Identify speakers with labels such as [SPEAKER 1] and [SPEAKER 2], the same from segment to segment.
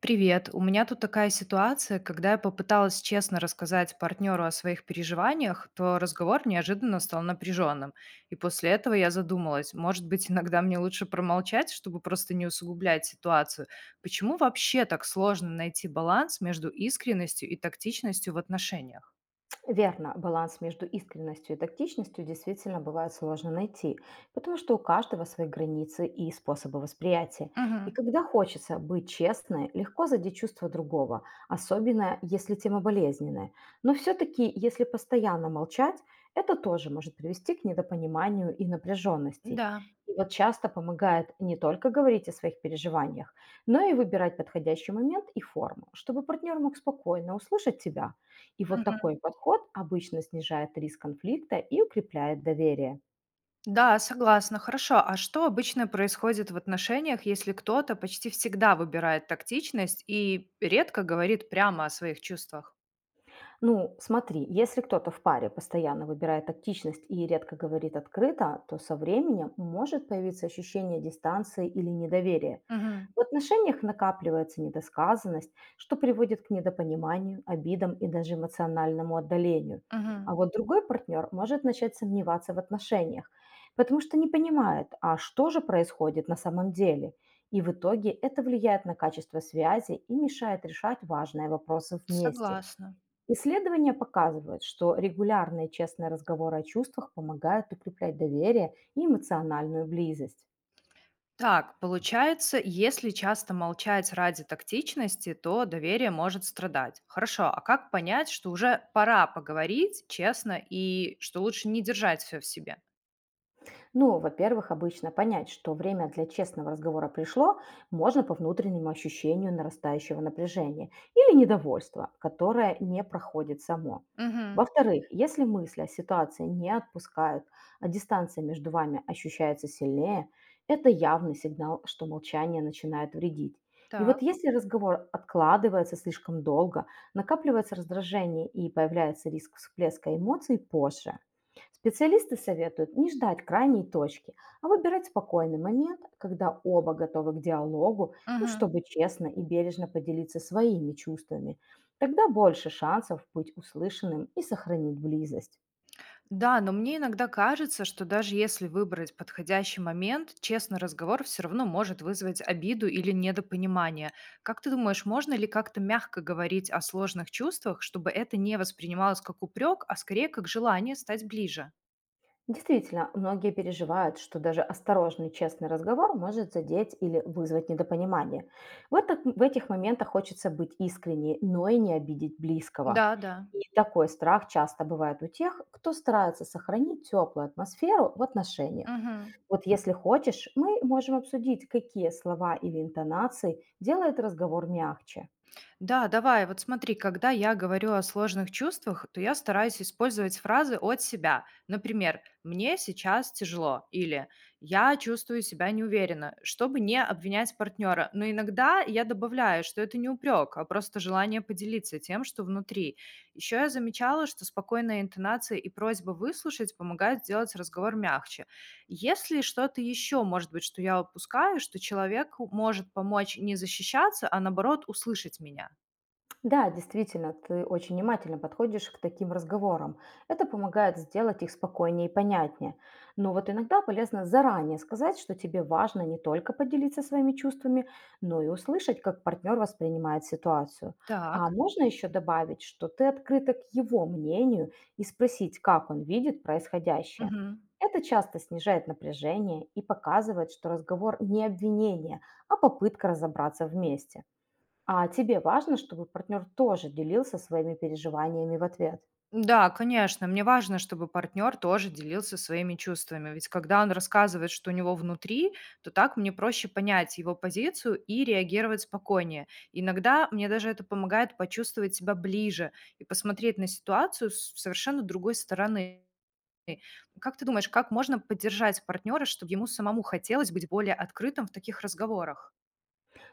[SPEAKER 1] Привет. У меня тут такая ситуация, когда я попыталась честно рассказать партнеру о своих переживаниях, то разговор неожиданно стал напряженным. И после этого я задумалась, может быть, иногда мне лучше промолчать, чтобы просто не усугублять ситуацию. Почему вообще так сложно найти баланс между искренностью и тактичностью в отношениях?
[SPEAKER 2] Верно, баланс между искренностью и тактичностью действительно бывает сложно найти, потому что у каждого свои границы и способы восприятия. И
[SPEAKER 1] Мгм.
[SPEAKER 2] когда хочется быть честной, легко задеть чувство другого, особенно если тема болезненная. Но все-таки, если постоянно молчать, это тоже может привести к недопониманию и напряженности.
[SPEAKER 1] Да.
[SPEAKER 2] И вот часто помогает не только говорить о своих переживаниях, но и выбирать подходящий момент и форму, чтобы партнер мог спокойно услышать тебя, и вот такой подход обычно снижает риск конфликта и укрепляет доверие.
[SPEAKER 1] Да, согласна. Хорошо. А что обычно происходит в отношениях, если кто-то почти всегда выбирает тактичность и редко говорит прямо о своих чувствах?
[SPEAKER 2] Ну, смотри, если кто-то в паре постоянно выбирает тактичность и редко говорит открыто, то со временем может появиться ощущение дистанции или недоверия.
[SPEAKER 1] Мгм.
[SPEAKER 2] В отношениях накапливается недосказанность, что приводит к недопониманию, обидам и даже эмоциональному отдалению.
[SPEAKER 1] Мгм.
[SPEAKER 2] А вот другой партнер может начать сомневаться в отношениях, потому что не понимает, а что же происходит на самом деле. И в итоге это влияет на качество связи и мешает решать важные вопросы вместе.
[SPEAKER 1] Согласна.
[SPEAKER 2] Исследования показывают, что регулярные честные разговоры о чувствах помогают укреплять доверие и эмоциональную близость.
[SPEAKER 1] Так, получается, если часто молчать ради тактичности, то доверие может страдать. Хорошо, а как понять, что уже пора поговорить честно и что лучше не держать все в себе?
[SPEAKER 2] Ну, во-первых, обычно понять, что время для честного разговора пришло, можно по внутреннему ощущению нарастающего напряжения или недовольства, которое не проходит само.
[SPEAKER 1] Мгм.
[SPEAKER 2] Во-вторых, если мысли о ситуации не отпускают, а дистанция между вами ощущается сильнее, это явный сигнал, что молчание начинает вредить. И вот
[SPEAKER 1] Так.
[SPEAKER 2] если разговор откладывается слишком долго, накапливается раздражение и появляется риск всплеска эмоций позже. Специалисты советуют не ждать крайней точки, а выбирать спокойный момент, когда оба готовы к диалогу, ну,
[SPEAKER 1] Мгм.
[SPEAKER 2] чтобы честно и бережно поделиться своими чувствами. Тогда больше шансов быть услышанным и сохранить близость.
[SPEAKER 1] Да, но мне иногда кажется, что даже если выбрать подходящий момент, честный разговор все равно может вызвать обиду или недопонимание. Как ты думаешь, можно ли как-то мягко говорить о сложных чувствах, чтобы это не воспринималось как упрек, а скорее как желание стать ближе?
[SPEAKER 2] Действительно, многие переживают, что даже осторожный честный разговор может задеть или вызвать недопонимание. В этих моментах хочется быть искренней, но и не обидеть близкого.
[SPEAKER 1] Да, да.
[SPEAKER 2] И такой страх часто бывает у тех, кто старается сохранить теплую атмосферу в отношениях.
[SPEAKER 1] Мгм.
[SPEAKER 2] Вот если хочешь, мы можем обсудить, какие слова или интонации делают разговор мягче.
[SPEAKER 1] Да, давай, вот смотри, когда я говорю о сложных чувствах, то я стараюсь использовать фразы от себя. Например, «мне сейчас тяжело» или «я чувствую себя неуверенно», чтобы не обвинять партнера. Но иногда я добавляю, что это не упрек, а просто желание поделиться тем, что внутри. Еще я замечала, что спокойная интонация и просьба выслушать помогают сделать разговор мягче. Если что-то еще, может быть, что я упускаю, что человек может помочь не защищаться, а наоборот услышать меня?
[SPEAKER 2] Да, действительно, ты очень внимательно подходишь к таким разговорам. Это помогает сделать их спокойнее и понятнее. Но вот иногда полезно заранее сказать, что тебе важно не только поделиться своими чувствами, но и услышать, как партнер воспринимает ситуацию. А
[SPEAKER 1] Так.
[SPEAKER 2] можно еще добавить, что ты открыта к его мнению и спросить, как он видит происходящее.
[SPEAKER 1] Мгм.
[SPEAKER 2] Это часто снижает напряжение и показывает, что разговор не обвинение, а попытка разобраться вместе. А тебе важно, чтобы партнер тоже делился своими переживаниями в ответ.
[SPEAKER 1] Да, конечно, мне важно, чтобы партнер тоже делился своими чувствами. Ведь когда он рассказывает, что у него внутри, то так мне проще понять его позицию и реагировать спокойнее. Иногда мне даже это помогает почувствовать себя ближе и посмотреть на ситуацию с совершенно другой стороны. Как ты думаешь, как можно поддержать партнера, чтобы ему самому хотелось быть более открытым в таких разговорах?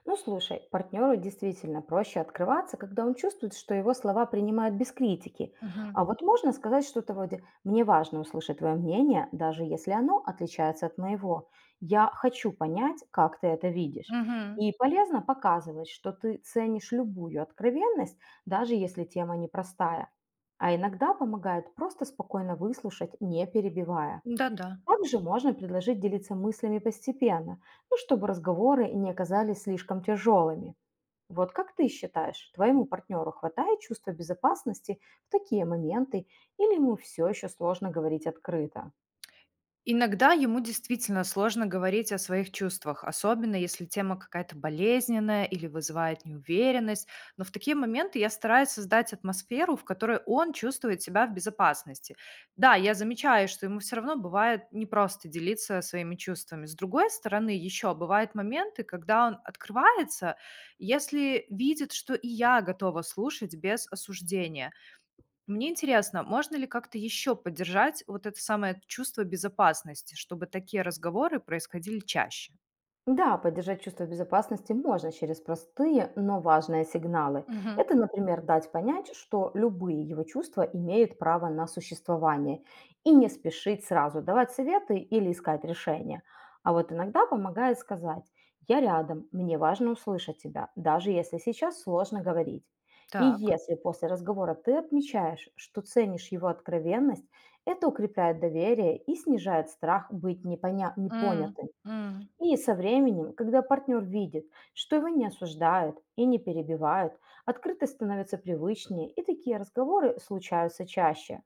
[SPEAKER 2] Ну слушай, партнеру действительно проще открываться, когда он чувствует, что его слова принимают без критики.
[SPEAKER 1] Мгм.
[SPEAKER 2] А вот можно сказать что-то вроде «мне важно услышать твое мнение, даже если оно отличается от моего. Я хочу понять, как ты это видишь».
[SPEAKER 1] Мгм.
[SPEAKER 2] И полезно показывать, что ты ценишь любую откровенность, даже если тема непростая. А иногда помогает просто спокойно выслушать, не перебивая.
[SPEAKER 1] Да-да.
[SPEAKER 2] Также можно предложить делиться мыслями постепенно, ну, чтобы разговоры не оказались слишком тяжелыми. Вот как ты считаешь, твоему партнеру хватает чувства безопасности в такие моменты или ему все еще сложно говорить открыто?
[SPEAKER 1] Иногда ему действительно сложно говорить о своих чувствах, особенно если тема какая-то болезненная или вызывает неуверенность. Но в такие моменты я стараюсь создать атмосферу, в которой он чувствует себя в безопасности. Да, я замечаю, что ему все равно бывает непросто делиться своими чувствами. С другой стороны, еще бывают моменты, когда он открывается, если видит, что и я готова слушать без осуждения. Мне интересно, можно ли как-то еще поддержать вот это самое чувство безопасности, чтобы такие разговоры происходили чаще?
[SPEAKER 2] Да, поддержать чувство безопасности можно через простые, но важные сигналы.
[SPEAKER 1] Мгм.
[SPEAKER 2] Это, например, дать понять, что любые его чувства имеют право на существование, и не спешить сразу давать советы или искать решения. А вот иногда помогает сказать: «Я рядом, мне важно услышать тебя, даже если сейчас сложно говорить». И
[SPEAKER 1] Так.
[SPEAKER 2] если после разговора ты отмечаешь, что ценишь его откровенность, это укрепляет доверие и снижает страх быть
[SPEAKER 1] М,
[SPEAKER 2] непонятым.
[SPEAKER 1] м.
[SPEAKER 2] И со временем, когда партнер видит, что его не осуждают и не перебивают, открытость становится привычнее, и такие разговоры случаются чаще.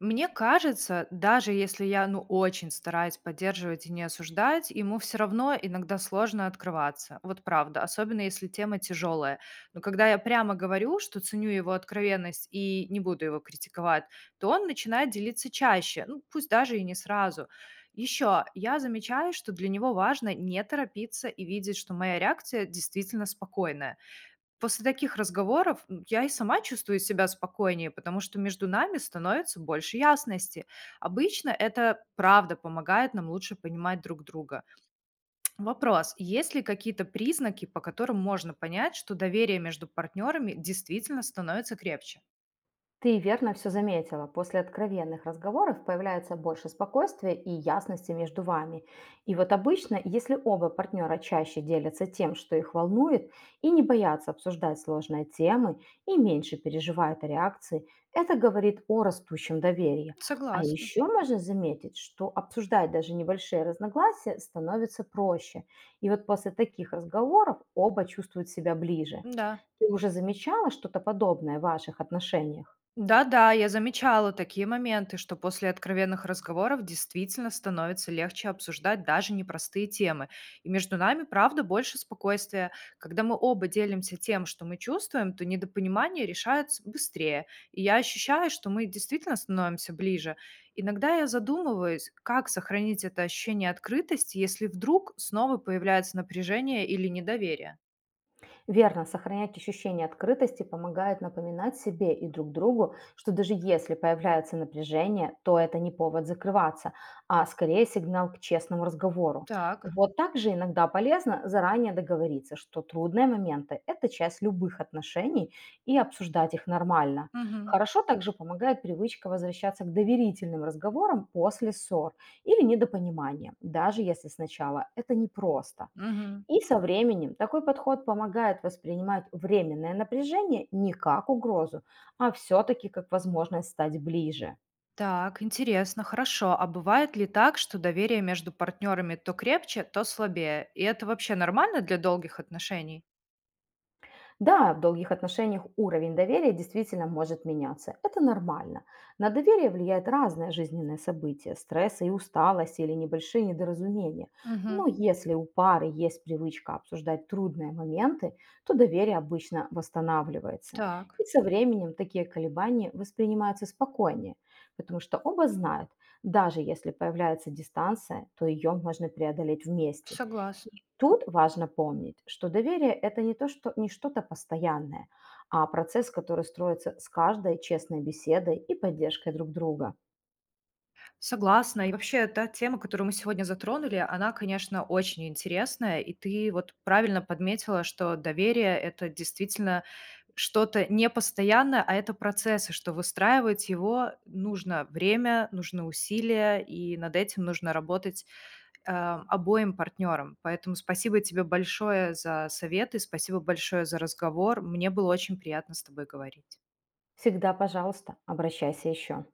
[SPEAKER 1] Мне кажется, даже если я, очень стараюсь поддерживать и не осуждать, ему все равно иногда сложно открываться. Вот правда, особенно если тема тяжелая. Но когда я прямо говорю, что ценю его откровенность и не буду его критиковать, то он начинает делиться чаще, пусть даже и не сразу. Еще я замечаю, что для него важно не торопиться и видеть, что моя реакция действительно спокойная. После таких разговоров, я и сама чувствую себя спокойнее, потому что между нами становится больше ясности. Обычно это правда помогает нам лучше понимать друг друга. Вопрос: есть ли какие-то признаки, по которым можно понять, что доверие между партнерами действительно становится крепче?
[SPEAKER 2] Ты верно все заметила. После откровенных разговоров появляется больше спокойствия и ясности между вами. И вот обычно, если оба партнера чаще делятся тем, что их волнует, и не боятся обсуждать сложные темы, и меньше переживают о реакции, это говорит о растущем доверии. А
[SPEAKER 1] Согласна,
[SPEAKER 2] еще можно заметить, что обсуждать даже небольшие разногласия становится проще. И вот после таких разговоров оба чувствуют себя ближе.
[SPEAKER 1] да.
[SPEAKER 2] Ты уже замечала что-то подобное в ваших отношениях?
[SPEAKER 1] Да-да, я замечала такие моменты, что после откровенных разговоров действительно становится легче обсуждать даже непростые темы. И между нами, правда, больше спокойствия. Когда мы оба делимся тем, что мы чувствуем, то недопонимание решается быстрее. И я ощущаю, что мы действительно становимся ближе. Иногда я задумываюсь, как сохранить это ощущение открытости, если вдруг снова появляется напряжение или недоверие.
[SPEAKER 2] Верно, сохранять ощущение открытости помогает напоминать себе и друг другу, что даже если появляется напряжение, то это не повод закрываться, а скорее сигнал к честному разговору.
[SPEAKER 1] Так.
[SPEAKER 2] Вот также иногда полезно заранее договориться, что трудные моменты – это часть любых отношений и обсуждать их нормально.
[SPEAKER 1] Угу.
[SPEAKER 2] Хорошо также помогает привычка возвращаться к доверительным разговорам после ссор или недопонимания, даже если сначала это непросто.
[SPEAKER 1] Угу.
[SPEAKER 2] И со временем такой подход помогает воспринимать временное напряжение не как угрозу, а все-таки как возможность стать ближе.
[SPEAKER 1] Так, интересно, хорошо. А бывает ли так, что доверие между партнерами то крепче, то слабее? И это вообще нормально для долгих отношений?
[SPEAKER 2] Да, в долгих отношениях уровень доверия действительно может меняться. Это нормально. На доверие влияет разное жизненное событие, стресс и усталость или небольшие недоразумения.
[SPEAKER 1] Угу.
[SPEAKER 2] Но если у пары есть привычка обсуждать трудные моменты, то доверие обычно восстанавливается.
[SPEAKER 1] Так,
[SPEAKER 2] И со временем такие колебания воспринимаются спокойнее, потому что оба знают, даже если появляется дистанция, то ее можно преодолеть вместе.
[SPEAKER 1] согласна.
[SPEAKER 2] Тут важно помнить, что доверие – это не что-то постоянное, а процесс, который строится с каждой честной беседой и поддержкой друг друга.
[SPEAKER 1] Согласна. И вообще та тема, которую мы сегодня затронули, она, конечно, очень интересная. И ты вот правильно подметила, что доверие – это действительно что-то непостоянное, а это процессы, что выстраивать его нужно время, нужны усилия, и над этим нужно работать обоим партнерам. Поэтому спасибо тебе большое за советы, спасибо большое за разговор. Мне было очень приятно с тобой говорить.
[SPEAKER 2] Всегда, пожалуйста, обращайся еще.